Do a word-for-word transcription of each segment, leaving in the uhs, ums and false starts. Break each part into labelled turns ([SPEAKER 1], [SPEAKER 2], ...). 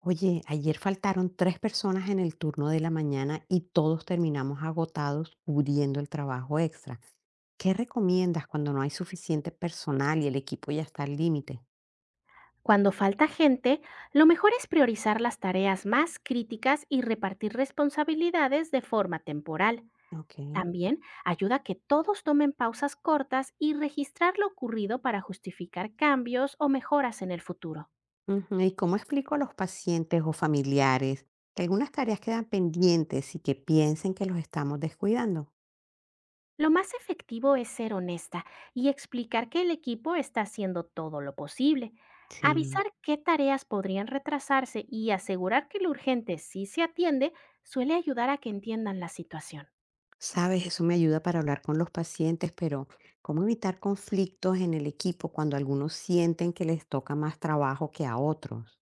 [SPEAKER 1] Oye, ayer faltaron tres personas en el turno de la mañana y todos terminamos agotados cubriendo el trabajo extra. ¿Qué recomiendas cuando no hay suficiente personal y el equipo ya está al límite?
[SPEAKER 2] Cuando falta gente, lo mejor es priorizar las tareas más críticas y repartir responsabilidades de forma temporal.
[SPEAKER 1] Ok.
[SPEAKER 2] También ayuda a que todos tomen pausas cortas y registrar lo ocurrido para justificar cambios o mejoras en el futuro.
[SPEAKER 1] Ujú, ¿y cómo explico a los pacientes o familiares que algunas tareas quedan pendientes y que piensen que los estamos descuidando?
[SPEAKER 2] Lo más efectivo es ser honesta y explicar que el equipo está haciendo todo lo posible.
[SPEAKER 1] Sí.
[SPEAKER 2] Avisar qué tareas podrían retrasarse y asegurar que lo urgente sí se atiende suele ayudar a que entiendan la situación.
[SPEAKER 1] Sabes, eso me ayuda para hablar con los pacientes, pero ¿cómo evitar conflictos en el equipo cuando algunos sienten que les toca más trabajo que a otros?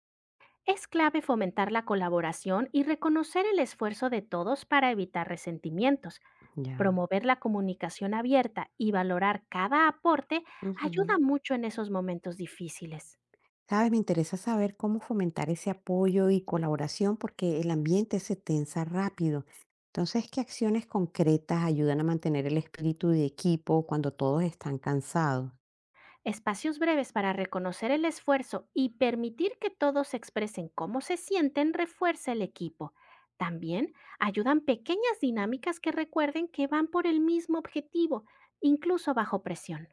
[SPEAKER 2] Es clave fomentar la colaboración y reconocer el esfuerzo de todos para evitar resentimientos.
[SPEAKER 1] Ya.
[SPEAKER 2] Promover la comunicación abierta y valorar cada aporte ayuda
[SPEAKER 1] Ujú.
[SPEAKER 2] mucho en esos momentos difíciles.
[SPEAKER 1] Sabes, me interesa saber cómo fomentar ese apoyo y colaboración porque el ambiente se tensa rápido. Entonces, ¿qué acciones concretas ayudan a mantener el espíritu de equipo cuando todos están cansados?
[SPEAKER 2] Espacios breves para reconocer el esfuerzo y permitir que todos expresen cómo se sienten refuerza el equipo. También ayudan pequeñas dinámicas que recuerden que van por el mismo objetivo, incluso bajo presión.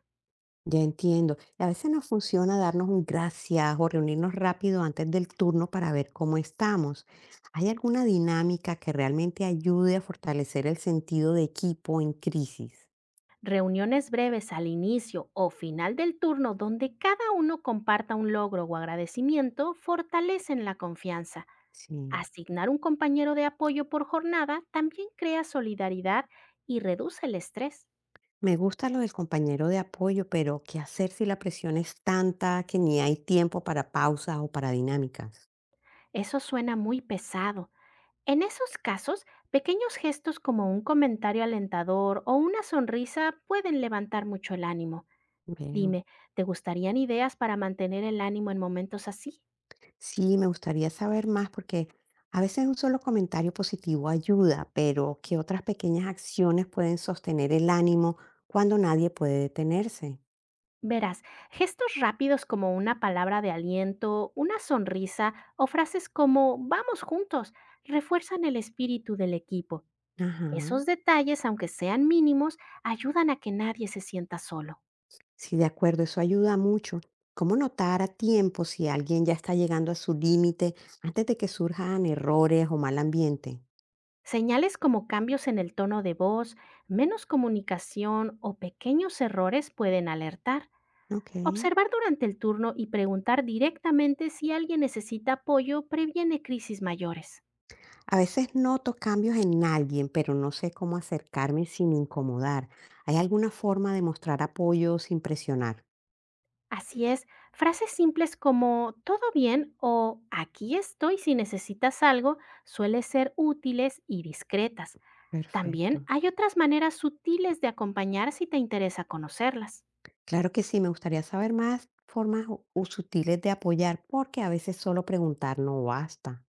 [SPEAKER 1] Ya entiendo. Y a veces nos funciona darnos un gracias o reunirnos rápido antes del turno para ver cómo estamos. ¿Hay alguna dinámica que realmente ayude a fortalecer el sentido de equipo en crisis?
[SPEAKER 2] Reuniones breves al inicio o final del turno donde cada uno comparta un logro o agradecimiento fortalecen la confianza.
[SPEAKER 1] Sí.
[SPEAKER 2] Asignar un compañero de apoyo por jornada también crea solidaridad y reduce el estrés.
[SPEAKER 1] Me gusta lo del compañero de apoyo, pero ¿qué hacer si la presión es tanta que ni hay tiempo para pausas o para dinámicas?
[SPEAKER 2] Eso suena muy pesado. En esos casos, pequeños gestos como un comentario alentador o una sonrisa pueden levantar mucho el ánimo.
[SPEAKER 1] Veo.
[SPEAKER 2] Dime, ¿te gustarían ideas para mantener el ánimo en momentos así?
[SPEAKER 1] Sí, me gustaría saber más porque a veces un solo comentario positivo ayuda, pero ¿qué otras pequeñas acciones pueden sostener el ánimo cuando nadie puede detenerse?
[SPEAKER 2] Verás, gestos rápidos como una palabra de aliento, una sonrisa o frases como vamos juntos refuerzan el espíritu del equipo.
[SPEAKER 1] Ajá.
[SPEAKER 2] Esos detalles, aunque sean mínimos, ayudan a que nadie se sienta solo.
[SPEAKER 1] Sí, de acuerdo, eso ayuda mucho. ¿Cómo notar a tiempo si alguien ya está llegando a su límite antes de que surjan errores o mal ambiente?
[SPEAKER 2] Señales como cambios en el tono de voz, menos comunicación o pequeños errores pueden alertar.
[SPEAKER 1] Ok.
[SPEAKER 2] Observar durante el turno y preguntar directamente si alguien necesita apoyo previene crisis mayores.
[SPEAKER 1] A veces noto cambios en alguien, pero no sé cómo acercarme sin incomodar. ¿Hay alguna forma de mostrar apoyo sin presionar?
[SPEAKER 2] Así es, frases simples como todo bien o aquí estoy si necesitas algo suelen ser útiles y discretas.
[SPEAKER 1] Perfecto.
[SPEAKER 2] También hay otras maneras sutiles de acompañar si te interesa conocerlas.
[SPEAKER 1] Claro que sí, me gustaría saber más formas u- u sutiles de apoyar, porque a veces solo preguntar no basta.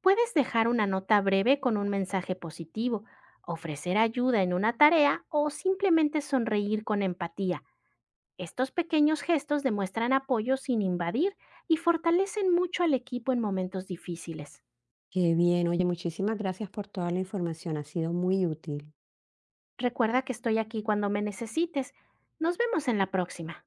[SPEAKER 2] Puedes dejar una nota breve con un mensaje positivo, ofrecer ayuda en una tarea o simplemente sonreír con empatía. Estos pequeños gestos demuestran apoyo sin invadir y fortalecen mucho al equipo en momentos difíciles.
[SPEAKER 1] Qué bien, oye, muchísimas gracias por toda la información, ha sido muy útil.
[SPEAKER 2] Recuerda que estoy aquí cuando me necesites. Nos vemos en la próxima.